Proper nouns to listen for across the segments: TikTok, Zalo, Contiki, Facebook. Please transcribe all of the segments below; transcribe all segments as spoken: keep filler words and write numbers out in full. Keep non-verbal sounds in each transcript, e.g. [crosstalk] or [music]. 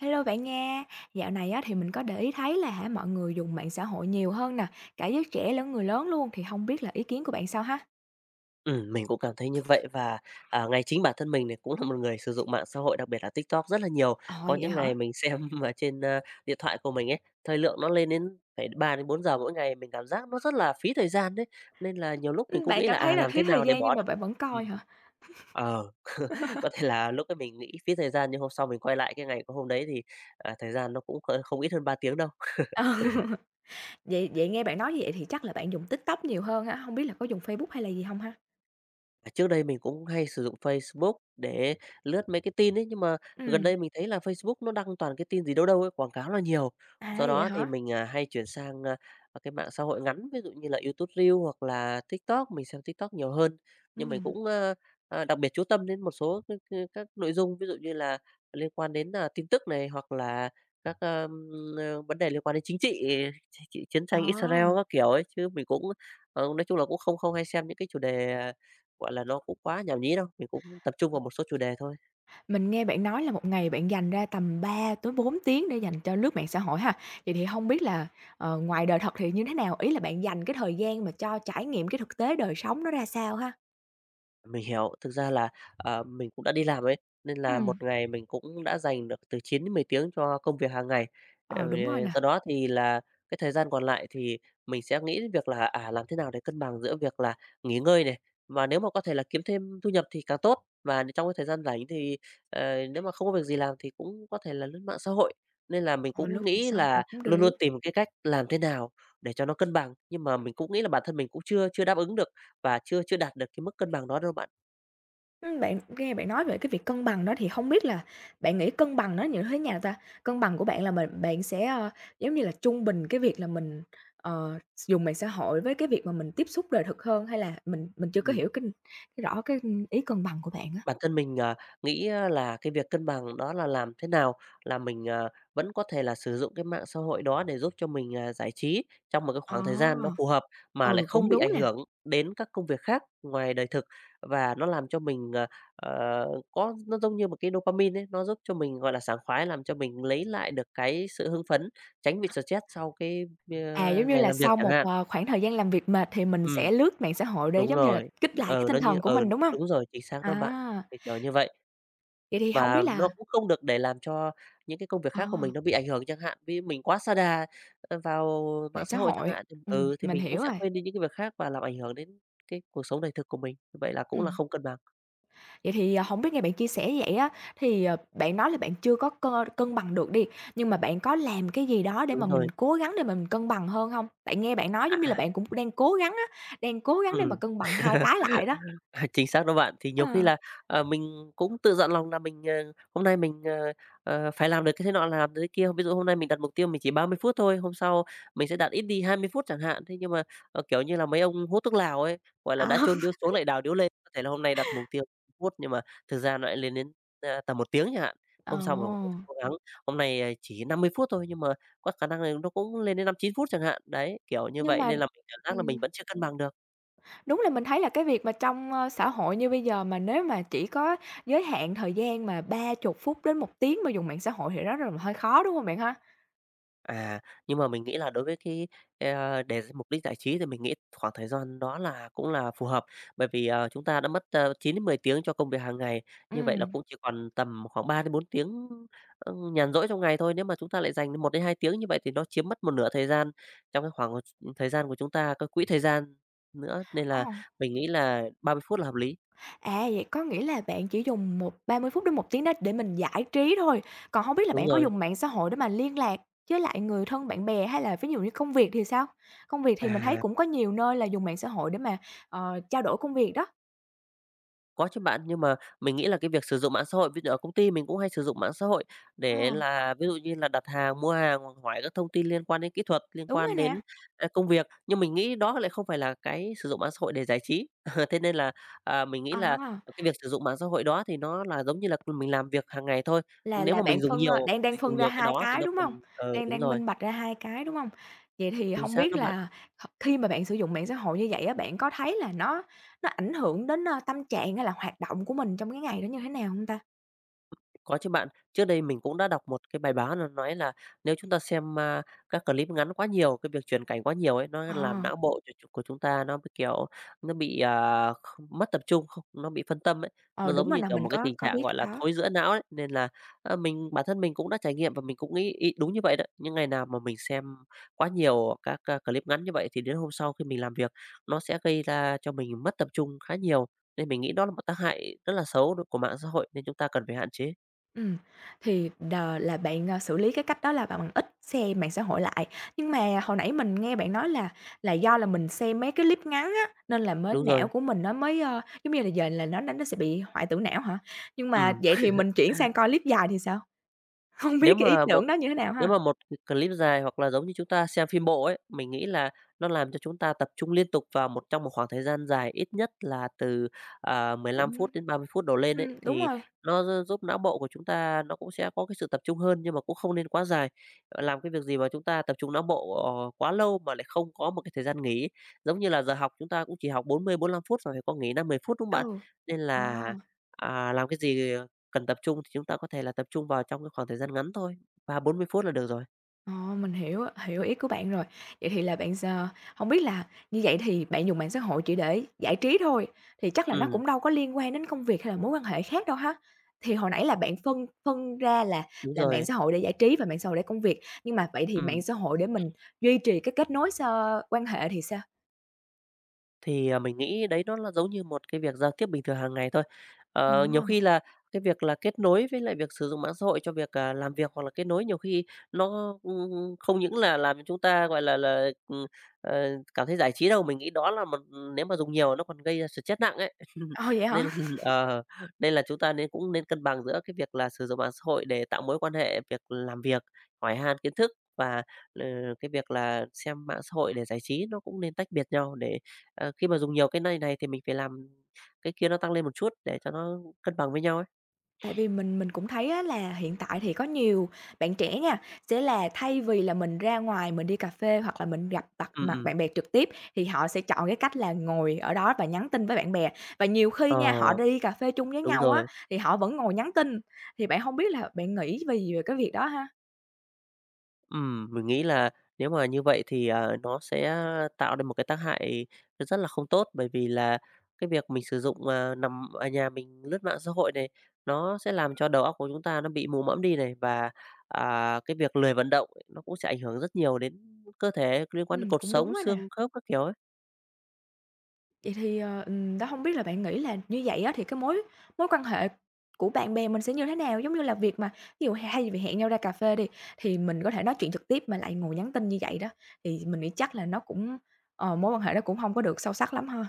Hello bạn nha. Dạo này á, thì mình có để ý thấy là hả mọi người dùng mạng xã hội nhiều hơn nè, cả giới trẻ lẫn người lớn luôn thì không biết là ý kiến của bạn sao ha? Ừm, mình cũng cảm thấy như vậy và, à, ngay chính bản thân mình này cũng là một người sử dụng mạng xã hội, đặc biệt là TikTok rất là nhiều. Ờ, Có vậy những hả? ngày mình xem [laughs] mà trên, a, điện thoại của mình ấy, thời lượng nó lên đến phải ba đến bốn giờ mỗi ngày, mình cảm giác nó rất là phí thời gian đấy. Nên là nhiều lúc mình Ừm, cũng bạn nghĩ cảm là, thấy à, là làm thiếu thế thời nào để gian nhưng bỏ mà được. bạn vẫn coi hả? ừm, ờ, [laughs] có thể là lúc ấy mình nghĩ phí thời gian nhưng hôm sau mình quay lại cái ngày của hôm đấy thì, à, thời gian nó cũng, ơ, không ít hơn ba tiếng đâu. Ờ. [laughs] Vậy vậy nghe bạn nói như vậy thì chắc là bạn dùng TikTok nhiều hơn á không biết là có dùng Facebook hay là gì không ha? À, trước đây mình cũng hay sử dụng Facebook để lướt mấy cái tin ấy, nhưng mà gần Ừm. đây mình thấy là Facebook nó đăng toàn cái tin gì đâu đâu ấy, quảng cáo là nhiều. À, Do vậy đó thì hả? mình, à, hay chuyển sang, a, cái mạng xã hội ngắn, ví dụ như là YouTube Reels hoặc là TikTok, mình xem TikTok nhiều hơn. Nhưng mình Ừm. cũng, a, a, đặc biệt chú tâm đến một số cái cái các nội dung, ví dụ như là liên quan đến, à, tin tức này, hoặc là các, a, ơ, vấn đề liên quan đến chính trị, ch chiến Ờ. tranh Israel các kiểu ấy, chứ mình cũng, ờ, nói chung là cũng không không hay xem những cái chủ đề à, gọi là, nó cũng quá nhảm nhí đâu, mình cũng tập trung vào một số chủ đề thôi. Mình nghe bạn nói là một ngày bạn dành ra tầm ba tới bốn tiếng để dành cho lướt mạng xã hội ha. Vậy thì không biết là, ờ, ngoài đời thật thì như thế nào? Ý là bạn dành cái thời gian mà cho trải nghiệm cái thực tế đời sống nó ra sao ha? Mình hiểu, thực ra là, ờ, mình cũng đã đi làm ấy, nên là một Ừm. ngày mình cũng đã dành được từ chín đến mười tiếng cho công việc hàng ngày. Ờ, Ờ, đúng rồi nè, Do đó thì là cái thời gian còn lại thì mình sẽ nghĩ đến việc là, à, làm thế nào để cân bằng giữa việc là nghỉ ngơi này, mà nếu mà có thể là kiếm thêm thu nhập thì càng tốt. Và trong cái thời gian rảnh thì, ờ, nếu mà không có việc gì làm thì cũng có thể là lướt mạng xã hội, nên là mình ờ, lướt cũng mạng nghĩ xã hội là cũng luôn được. luôn tìm cái cách làm thế nào để cho nó cân bằng, nhưng mà mình cũng nghĩ là bản thân mình cũng chưa chưa đáp ứng được và chưa chưa đạt được cái mức cân bằng đó đâu bạn. Ừm, bạn nghe bạn nói về cái việc cân bằng đó thì không biết là bạn nghĩ cân bằng nó như thế nào ta? Cân bằng của bạn là mình bạn sẽ, ờ, giống như là, trung bình cái việc là mình, ờ, dùng mạng xã hội với cái việc mà mình tiếp xúc đời thực hơn hay là mình mình chưa có Ừm, hiểu cái cái rõ cái ý cân bằng của bạn á. Bản thân mình, ờ, nghĩ á là cái việc cân bằng đó là làm thế nào là mình, ờ, vẫn có thể là sử dụng cái mạng xã hội đó để giúp cho mình, à, giải trí trong một cái Ờ, khoảng thời gian nó phù hợp mà lại ừ, cũng không bị đúng ảnh nè. hưởng đến các công việc khác ngoài đời thực. Và nó làm cho mình, ờ, ờ, có nó giống như một cái dopamine ấy, nó giúp cho mình, gọi là, sảng khoái, làm cho mình lấy lại được cái sự hưng phấn, tránh bị stress sau cái, ơ, À, giống như ngày là làm việc sau chẳng một, hạn. ờ, khoảng thời gian làm việc mệt thì mình Ừm. sẽ lướt mạng xã hội để, Đúng giống như là, rồi, kích lại cái ừ, tinh nó như thần của ừ, mình, đúng hông? đúng rồi, chính xác đó bạn, À, kiểu, kiểu như vậy. vậy thì hông biết Và nó là cũng không được để làm cho những cái công việc ờ, khác của mình nó bị ảnh hưởng chẳng hạn, vì mình quá sa đà, ờ, vào mạng mạng xã xã hội chẳng hội, hạn, thì ừm, ừ, thì mình mình cũng hiểu sẽ rồi. quên đi những cái việc khác và làm ảnh hưởng đến cái cuộc sống đời thực của mình, vậy là cũng là Ừm, không cân bằng. vậy thì, ờ, hổng biết nghe bạn chia sẻ như vậy á, thì, ờ, bạn nói là bạn chưa có cơ cân bằng được đi, nhưng mà bạn có làm cái gì đó để mà Đúng mình rồi, cố gắng để mà mình cân bằng hơn hông? Tại nghe bạn nói giống như là à, bạn cũng đang cố gắng á, đang cố gắng để mà ừm. cân bằng hai [laughs] cái lại đó. À, chính xác đó bạn. Thì nhiều khi Ờ, là, ờ, mình cũng tự dặn lòng là mình, ờ, hôm nay mình, ờ, ờ, phải làm được cái thế nọ, làm được cái kia. Ví dụ hôm nay mình đặt mục tiêu mình chỉ ba mươi phút thôi, hôm sau mình sẽ đặt ít đi hai mươi phút chẳng hạn. Thế nhưng mà, ờ, kiểu như là, mấy ông hút thuốc lào ấy, gọi là, đã ờ. chôn điếu [laughs] xuống lại đào điếu lên. Có thể là hôm nay đặt mục tiêu ba mươi phút nhưng mà thực ra nó lại lên đến, a, tầm một tiếng chẳng hạn. Ồ. Hôm sau mình cố gắng, hôm nay, à, chỉ năm mươi phút thôi nhưng mà có khả năng là nó cũng lên đến năm chín phút chẳng hạn. Đấy, kiểu như Nhưng vậy mà nên là mình cảm giác là mình ừm, vẫn chưa cân bằng được. đúng là mình thấy là cái việc mà trong, ơ, xã hội như bây giờ mà nếu mà chỉ có giới hạn thời gian mà ba chục phút đến một tiếng mà dùng mạng xã hội thì đó là hơi khó, đúng hông bạn ha? À, nhưng mà mình nghĩ là đối với cái, a, để mục đích giải trí thì mình nghĩ khoảng thời gian đó là cũng là phù hợp, bởi vì, ờ, chúng ta đã mất, uh, chín đến mười tiếng cho công việc hàng ngày, như vậy là Ừm, cũng chỉ còn tầm khoảng ba đến bốn tiếng, ơ, nhàn rỗi trong ngày thôi. Nếu mà chúng ta lại dành một đến hai tiếng như vậy thì nó chiếm mất một nửa thời gian trong cái khoảng thời gian của chúng ta, cái quỹ thời gian nữa, nên ờ, là mình nghĩ là ba mươi phút là hợp lý. à, vậy có nghĩa là bạn chỉ dùng một ba mươi phút đến một tiếng đó để mình giải trí thôi, còn hông biết là Đúng bạn có rồi, dùng mạng xã hội để mà liên lạc với lại người thân bạn bè hay là ví dụ như công việc thì sao? Công việc thì mình thấy à. cũng có nhiều nơi là dùng mạng xã hội để mà, ờ, trao đổi công việc đó. Có chứ bạn, nhưng mà mình nghĩ là cái việc sử dụng mạng xã hội, ví dụ ở công ty mình cũng hay sử dụng mạng xã hội Ờ, để là ví dụ như là đặt hàng, mua hàng hoặc hỏi các thông tin liên quan đến kỹ thuật, liên đúng rồi quan nè, đến, a, công việc, nhưng mình nghĩ đó lại không phải là cái sử dụng mạng xã hội để giải trí. [laughs] Thế nên là, à, mình nghĩ là, à. ờ, cái việc sử dụng mạng xã hội đó thì nó là giống như là mình làm việc hàng ngày thôi. Là Nếu là mà bạn mình dùng phân, ơ nhiều đang đang phân dùng ra nhiều cái hai đó thì cái, nó đúng còn hông? ờ, Đang Đúng đang rồi, minh bạch ra hai cái, đúng hông? Vậy thì chính hông xác biết đó bạn. là h khi mà bạn sử dụng mạng xã hội như vậy á, bạn có thấy là nó nó ảnh hưởng đến, ơ, tâm trạng hay là hoạt động của mình trong cái ngày đó như thế nào hông ta? Có chứ bạn. Trước đây mình cũng đã đọc một cái bài báo nó nói là nếu chúng ta xem, a, các clip ngắn quá nhiều, cái việc chuyển cảnh quá nhiều ấy, nó làm Ờ, não bộ ch của chúng ta nó bị, kiểu, nó bị, à, không mất tập trung, không nó bị phân tâm ấy. ờ, Nó đúng giống rồi như, nè, kiểu, mình một cái có tình có trạng, biết gọi là, cái đó. thối rữa não ấy, nên là, a, mình bản thân mình cũng đã trải nghiệm và mình cũng nghĩ y đúng như vậy đấy. Những ngày nào mà mình xem quá nhiều các, a, clip ngắn như vậy thì đến hôm sau khi mình làm việc nó sẽ gây ra cho mình mất tập trung khá nhiều, nên mình nghĩ đó là một tác hại rất là xấu của mạng xã hội nên chúng ta cần phải hạn chế. Ừm, thì đờ là bạn, ờ, xử lý cái cách đó là bạn bạn ít xem mạng xã hội lại. Nhưng mà hồi nãy mình nghe bạn nói là là do là mình xem mấy cái clip ngắn á, nên là mới Đúng não rồi, của mình nó mới, ơ, giống như là, giờ là nó nó nó sẽ bị hoại tử não hả? Nhưng mà ừm. vậy thì mình chuyển sang coi clip dài thì sao? [laughs] Hông Nếu biết cái ý mà một tưởng đó như thế nào Nếu ha? mà một clip dài hoặc là giống như chúng ta xem phim bộ ấy, mình nghĩ là nó làm cho chúng ta tập trung liên tục vào một trong một khoảng thời gian dài ít nhất là từ, à, mười lăm Cũng phút đến ba mươi phút đổ lên ấy, ừm, đúng thì rồi, nó gi giúp não bộ của chúng ta nó cũng sẽ có cái sự tập trung hơn, nhưng mà cũng không nên quá dài. Ờ, làm cái việc gì mà chúng ta tập trung não bộ, ờ, quá lâu mà lại không có một cái thời gian nghỉ, giống như là giờ học chúng ta cũng chỉ học bốn mươi, bốn mươi lăm phút và phải có nghỉ năm mười phút, đúng không ừ, bạn? Nên là, ờ. à, làm cái gì cần tập trung thì chúng ta có thể là tập trung vào trong cái khoảng thời gian ngắn thôi. Ba bốn mươi phút là được rồi. Ờ, mình hiểu, hiểu ý của bạn rồi. Vậy thì là bạn giờ không biết là như vậy thì bạn dùng mạng xã hội chỉ để giải trí thôi, thì chắc là nó Ừ, cũng đâu có liên quan đến công việc hay là mối quan hệ khác đâu ha? Thì hồi nãy là bạn phân phân ra là đúng là mạng rồi. xã hội để giải trí và mạng xã hội để công việc, nhưng mà vậy thì mạng Ừ. xã hội để mình duy trì cái kết nối x quan hệ thì sao? Thì, à, mình nghĩ đấy nó là giống như một cái việc giao tiếp bình thường hàng ngày thôi. Ờ, Ờ, nhiều khi là cái việc là kết nối với lại việc sử dụng mạng xã hội cho việc, à, làm việc hoặc là kết nối nhiều khi nó, ưm, không những là làm cho chúng ta, gọi là là, ừm, ờ, cảm thấy giải trí đâu, mình nghĩ đó là một ừ, Nếu mà dùng nhiều nó còn gây ra stress nặng ấy. [laughs] ờ, vậy Nên hả? ờ, Nên là chúng ta nên cũng nên cân bằng giữa cái việc là sử dụng mạng xã hội để tạo mối quan hệ, việc làm việc, hỏi han kiến thức và, ờ, cái việc là xem mạng xã hội để giải trí, nó cũng nên tách biệt nhau để. Ờ, khi mà dùng nhiều cái này này thì mình phải làm cái kia nó tăng lên một chút để cho nó cân bằng với nhau ấy. Tại vì mình mình cũng thấy á là hiện tại thì có nhiều bạn trẻ nha, sẽ là thay vì là mình ra ngoài mình đi cà phê hoặc là mình gặp mặt Ừ mặt ừ. bạn bè trực tiếp, thì họ sẽ chọn cái cách là ngồi ở đó và nhắn tin với bạn bè. Và nhiều khi Ờ, nha, họ đi cà phê chung với đúng nhau á, rồi. thì họ vẫn ngồi nhắn tin, thì bạn không biết là bạn nghĩ vì về cái việc đó ha? Ừm, mình nghĩ là nếu mà như vậy thì, ờ, nó sẽ tạo nên một cái tác hại rất là không tốt, bởi vì là cái việc mình sử dụng, ờ, nằm ở nhà mình lướt mạng xã hội này, nó sẽ làm cho đầu óc của chúng ta nó bị mù mẫm đi này, và, à, cái việc lười vận động ấy, nó cũng sẽ ảnh hưởng rất nhiều đến cơ thể, liên quan đến Ừm, cột cũng đúng sống, á nè. xương khớp các kiểu ấy. Vậy thì, ờ, ừm, đó, không biết là bạn nghĩ là như vậy á thì cái mối mối quan hệ của bạn bè mình sẽ như thế nào? Giống như là việc mà ví dụ thay vì hẹn nhau ra cà phê đi, thì mình có thể nói chuyện trực tiếp mà lại ngồi nhắn tin như vậy đó, thì mình nghĩ chắc là nó cũng ờ, mối quan hệ nó cũng không có được sâu sắc lắm ha.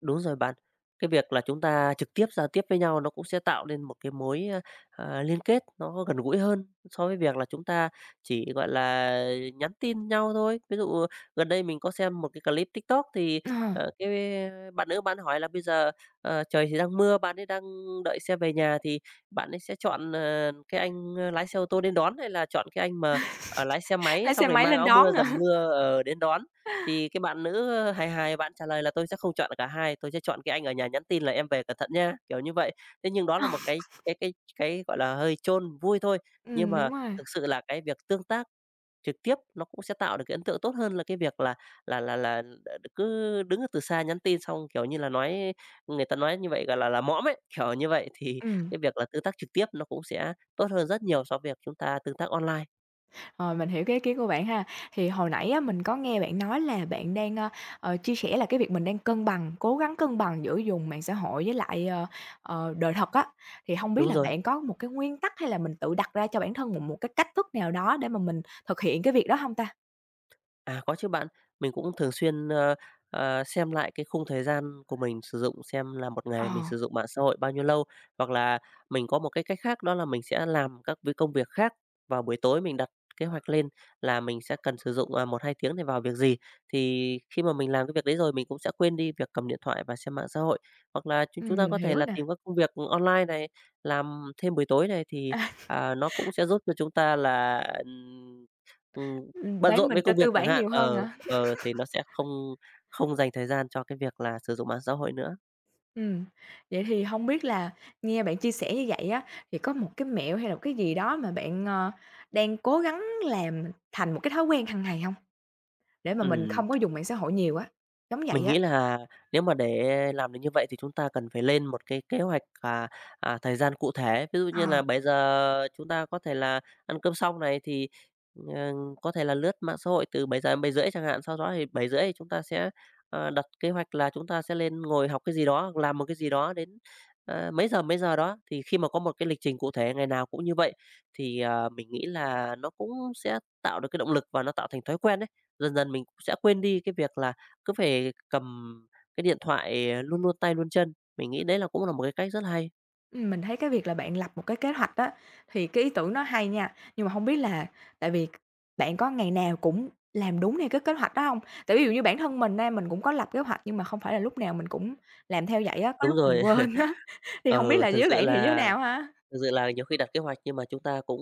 Đúng rồi bạn. Cái việc là chúng ta trực tiếp giao tiếp với nhau nó cũng sẽ tạo nên một cái mối, a, à, liên kết nó gần gũi hơn so với việc là chúng ta chỉ, gọi là, nhắn tin nhau thôi. Ví dụ gần đây mình có xem một cái clip TikTok thì, Ờ, ờ, cái bạn nữ bạn hỏi là "Bây giờ, ờ, trời thì đang mưa, bạn ấy đang đợi xe về nhà thì bạn ấy sẽ chọn, ờ, cái anh ờ, lái xe ô tô đến đón hay là chọn cái anh mà, ờ, lái xe máy lái xong xe rồi máy mang lên áo đón mưa nữa. [laughs] dầm mưa, ờ, đến đón?" Thì cái bạn nữ hài hài bạn trả lời là "Tôi sẽ không chọn cả hai, tôi sẽ chọn cái anh ở nhà nhắn tin là em về cẩn thận nha kiểu như vậy." Thế nhưng đó là một cái cái cái cái, gọi là, hơi chôn vui thôi, nhưng Ừm, đúng mà rồi. thực sự là cái việc tương tác trực tiếp nó cũng sẽ tạo được cái ấn tượng tốt hơn là cái việc là là là là cứ đứng từ xa nhắn tin xong, kiểu như là, nói người ta nói như vậy, gọi là là, mõm ấy, kiểu như vậy. Thì Ừm. cái việc là tương tác trực tiếp nó cũng sẽ tốt hơn rất nhiều so với việc chúng ta tương tác online. Rồi, mình hiểu cái ý kiến của bạn ha. Thì hồi nãy á, mình có nghe bạn nói là bạn đang, ơ, ờ, chia sẻ là cái việc mình đang cân bằng, cố gắng cân bằng giữa dùng mạng xã hội với lại, ờ, ờ, đời thật á. Thì không biết Đúng là rồi. bạn có một cái nguyên tắc hay là mình tự đặt ra cho bản thân một một cái cách thức nào đó để mà mình thực hiện cái việc đó không ta? À, có chứ bạn. Mình cũng thường xuyên, ơ, ờ, xem lại cái khung thời gian của mình sử dụng xem là một Ờ, ngày mình sử dụng mạng xã hội bao nhiêu lâu, hoặc là mình có một cái cách khác đó là mình sẽ làm các việc công việc khác vào buổi tối mình đặt kế hoạch lên là mình sẽ cần sử dụng, à, một, hai tiếng để vào việc gì. Thì khi mà mình làm cái việc đấy rồi mình cũng sẽ quên đi việc cầm điện thoại và xem mạng xã hội. Hoặc là chúng ừm, chúng ta mình có thể hiểu rồi là nè. tìm các công việc online này, làm thêm buổi tối này [laughs] thì, À, à, nó cũng sẽ giúp cho chúng ta là, ừm, bận bán rộn mình với cho công tư việc chẳng bản hạn, nhiều hơn ờ, hả? ờ, thì nó sẽ không không dành thời gian cho cái việc là sử dụng mạng xã hội nữa. Ừm, vậy thì không biết là nghe bạn chia sẻ như vậy á, thì có một cái mẹo hay là một cái gì đó mà bạn, ờ, đang cố gắng làm thành một cái thói quen hàng ngày không? Để mà mình Ừm. không có dùng mạng xã hội nhiều á. Giống Mình vậy á. nghĩ là nếu mà để làm được như vậy thì chúng ta cần phải lên một cái kế hoạch, à, à, thời gian cụ thể. Ví dụ như Ờ, là bây giờ chúng ta có thể là ăn cơm xong này thì, ờ, có thể là lướt mạng xã hội từ bảy giờ đến bảy rưỡi chẳng hạn, sau đó thì bảy rưỡi thì chúng ta sẽ, ờ, đặt kế hoạch là chúng ta sẽ lên ngồi học cái gì đó, làm một cái gì đó đến, ờ, mấy giờ, mấy giờ đó. Thì khi mà có một cái lịch trình cụ thể ngày nào cũng như vậy thì, ờ, mình nghĩ là nó cũng sẽ tạo được cái động lực và nó tạo thành thói quen đấy. Dần dần mình cũng sẽ quên đi cái việc là cứ phải cầm cái điện thoại, ờ, luôn luôn tay luôn chân. Mình nghĩ đấy là cũng là một cái cách rất hay. ừm, mình thấy cái việc là bạn lập một cái kế hoạch á, thì cái ý tưởng nó hay nha, nhưng mà không biết là tại vì bạn có ngày nào cũng làm đúng theo cái kế hoạch đó không? Tại ví dụ như bản thân mình á, mình cũng có lập kế hoạch nhưng mà không phải là lúc nào mình cũng làm theo vậy á, có Đúng lúc mình rồi. quên á, [laughs] [laughs] thì không biết Ờ, là thực với sự bạn thì như thế là nào ha? thực sự là nhiều khi đặt kế hoạch nhưng mà chúng ta cũng,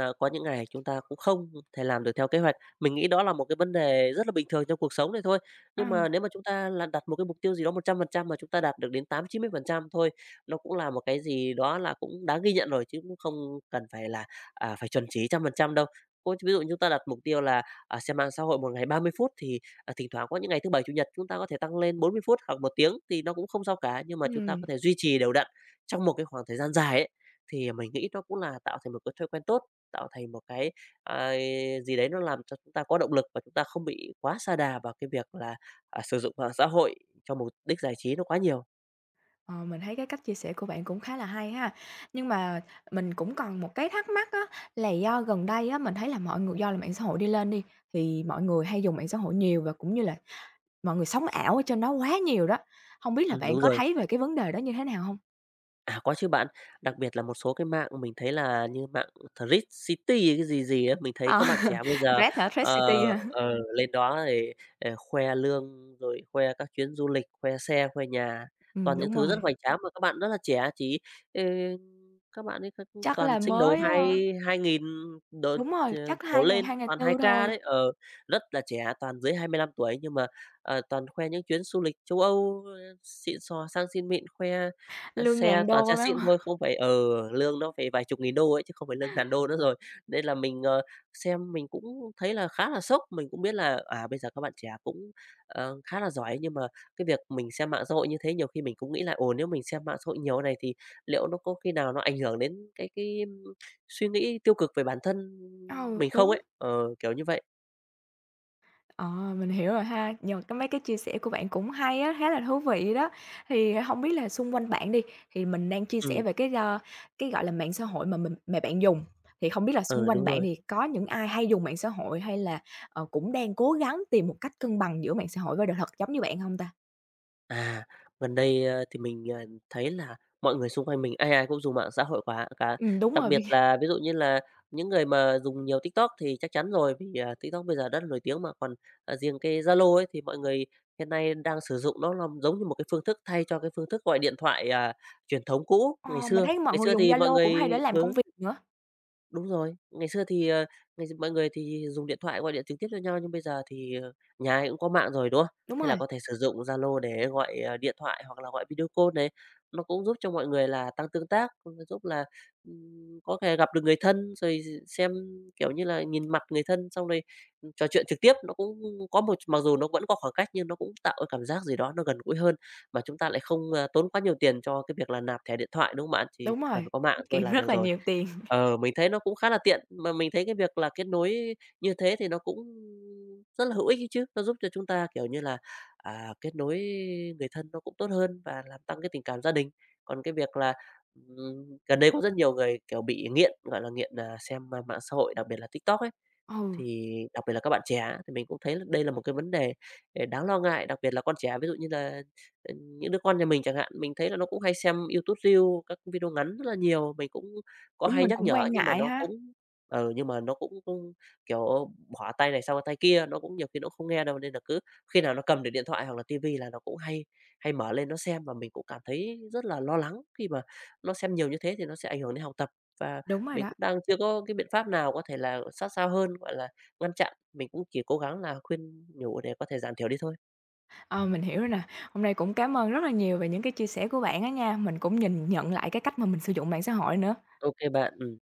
a, có những ngày chúng ta cũng không thể làm được theo kế hoạch. Mình nghĩ đó là một cái vấn đề rất là bình thường trong cuộc sống này thôi. Ờ, Nhưng mà nếu mà chúng ta là đặt một cái mục tiêu gì đó một trăm phần trăm mà chúng ta đạt được đến tám chín mươi phần trăm thôi, nó cũng là một cái gì đó là cũng đáng ghi nhận rồi, chứ cũng không cần phải là, à, phải chuẩn chỉ trăm phần trăm đâu. Có ví dụ chúng ta đặt mục tiêu là, à, xem mạng xã hội một ngày ba mươi phút thì, à, thỉnh thoảng có những ngày thứ Bảy, Chủ nhật chúng ta có thể tăng lên bốn mươi phút hoặc một tiếng thì nó cũng không sao cả, nhưng mà chúng ta có ừm. thể duy trì đều đặn trong một cái khoảng thời gian dài ấy, thì mình nghĩ nó cũng là tạo thành một cái thói quen tốt, tạo thành một cái, à, gì đấy nó làm cho chúng ta có động lực và chúng ta không bị quá sa đà vào cái việc là, à, sử dụng mạng xã hội cho mục đích giải trí nó quá nhiều. Ờ, mình thấy cái cách chia sẻ của bạn cũng khá là hay ha. Nhưng mà mình cũng còn một cái thắc mắc á, là do gần đây á, mình thấy là mọi người do là mạng xã hội đi lên đi, thì mọi người hay dùng mạng xã hội nhiều và cũng như là mọi người sống ảo ở trên đó quá nhiều đó. Không biết là Ừm, bạn đúng có rồi. thấy về cái vấn đề đó như thế nào không? À, có chứ bạn. Đặc biệt là một số cái mạng mình thấy là như mạng Thread City hay cái gì gì á, mình thấy Ờ, các bạn trẻ [laughs] bây giờ, Red hả? Red ờ, City hả? ờ, lên đó để ờ, khoe lương, rồi khoe các chuyến du lịch, khoe xe, khoe nhà, Ừm, toàn những đúng thứ rồi. rất hoành tráng mà các bạn rất là trẻ, chỉ, ờ, các bạn ấy các Chắc toàn là sinh đầu mới, ơ hai 2000 đổ đúng rồi, ờ, chắc đổ 2 lên, hai 2 toàn hai tư k thôi, đấy, ờ, rất là trẻ, toàn dưới hai mươi lăm tuổi nhưng mà, ờ, toàn khoe những chuyến du lịch châu Âu, ơ, xịn sò, sang xịn mịn, khoe. Ờ, lương xe ngàn toàn đô xe phải hông? xịn thôi, [laughs] không phải ờ lương nó phải vài chục nghìn đô ấy, chứ không phải lương ngàn đô nữa rồi. Nên là mình, ờ, xem mình cũng thấy là khá là sốc, mình cũng biết là, à, bây giờ các bạn trẻ cũng, ờ, khá là giỏi. Nhưng mà cái việc mình xem mạng xã hội như thế nhiều khi mình cũng nghĩ là, ồ, nếu mình xem mạng xã hội nhiều này thì liệu nó có khi nào nó ảnh hưởng đến cái cái, ưm, suy nghĩ tiêu cực về bản thân Ừ, mình không đúng. ấy? Ờ, kiểu như vậy. Ờ, mình hiểu rồi ha. Nhờ cái mấy cái chia sẻ của bạn cũng hay á, khá là thú vị đó. Thì không biết là xung quanh bạn đi, thì mình đang chia sẻ Ừm, về cái, ơ, cái, gọi là, mạng xã hội mà mình mà bạn dùng, thì không biết là ừ, xung ờ quanh đúng bạn rồi. thì có những ai hay dùng mạng xã hội hay là, ờ, cũng đang cố gắng tìm một cách cân bằng giữa mạng xã hội với đời thật giống như bạn không ta? À, gần đây, ơ, thì mình, ờ, thấy là mọi người xung quanh mình ai ai cũng dùng mạng xã hội quả cả. Ừm, đúng Đặc rồi, bây biệt giờ là ví dụ như là những người mà dùng nhiều TikTok thì chắc chắn rồi, vì, à, TikTok bây giờ rất là nổi tiếng mà. Còn, à, riêng cái Zalo ấy thì mọi người hiện nay đang sử dụng nó làm giống như một cái phương thức thay cho cái phương thức gọi điện thoại, à, truyền thống cũ ngày ờ, mình xưa. thấy mọi Ngày người xưa dùng thì mọi Zalo cũng hay để người làm công ừ. việc nữa. Đúng rồi, ngày xưa thì, ờ, ngày mọi người thì dùng điện thoại gọi điện trực tiếp cho nhau, nhưng bây giờ thì, ờ, nhà ai cũng có mạng rồi, đúng không? Đúng Thế là rồi, có thể sử dụng Zalo để gọi, ờ, điện thoại hoặc là gọi video call này, nó cũng giúp cho mọi người là tăng tương tác, cũng giúp là, ừm, có thể gặp được người thân, rồi xem, kiểu như là, nhìn mặt người thân xong rồi, trò chuyện trực tiếp. Nó cũng có một mặc dù nó vẫn có khoảng cách nhưng nó cũng tạo cái cảm giác gì đó nó gần gũi hơn, mà chúng ta lại không, ờ, tốn quá nhiều tiền cho cái việc là nạp thẻ điện thoại, đúng không bạn? Chỉ đúng cần rồi, có mạng tiết thôi kiệm là được rất là rồi. nhiều tiền. Ờ, mình thấy nó cũng khá là tiện, mà mình thấy cái việc là kết nối như thế thì nó cũng rất là hữu ích ấy chứ. Nó giúp cho chúng ta, kiểu như là, à, kết nối người thân nó cũng tốt hơn và làm tăng cái tình cảm gia đình. Còn cái việc là, ừm, gần đây có rất nhiều người, kiểu, bị nghiện, gọi là, nghiện, à, xem, a, mạng xã hội, đặc biệt là TikTok ấy. Ừ, Thì đặc biệt là các bạn trẻ á, thì mình cũng thấy là đây là một cái vấn đề, ờ, đáng lo ngại, đặc biệt là con trẻ. Ví dụ như là, ờ, những đứa con nhà mình chẳng hạn, mình thấy là nó cũng hay xem YouTube Reels, các video ngắn rất là nhiều, mình cũng có đúng, hay mình nhắc cũng nhở quan nhưng mà ngại nó ha. cũng ừ, nhưng mà nó cũng cũng, kiểu, bỏ tay này sang qua tay kia, nó cũng nhiều khi nó không nghe đâu, nên là cứ khi nào nó cầm được điện thoại hoặc là ti là nó cũng hay hay mở lên nó xem, và mình cũng cảm thấy rất là lo lắng khi mà nó xem nhiều như thế thì nó sẽ ảnh hưởng đến học tập và Đúng rồi mình đó. cũng đang chưa có cái biện pháp nào có thể là sát sao hơn, gọi là, ngăn chặn, mình cũng chỉ cố gắng là khuyên nhủ để có thể giảm thiểu đi thôi. Ờ, mình hiểu rồi nè. Hôm nay cũng cảm ơn rất là nhiều về những cái chia sẻ của bạn á nha. Mình cũng nhìn nhận lại cái cách mà mình sử dụng mạng xã hội nữa. Ok bạn, ừm.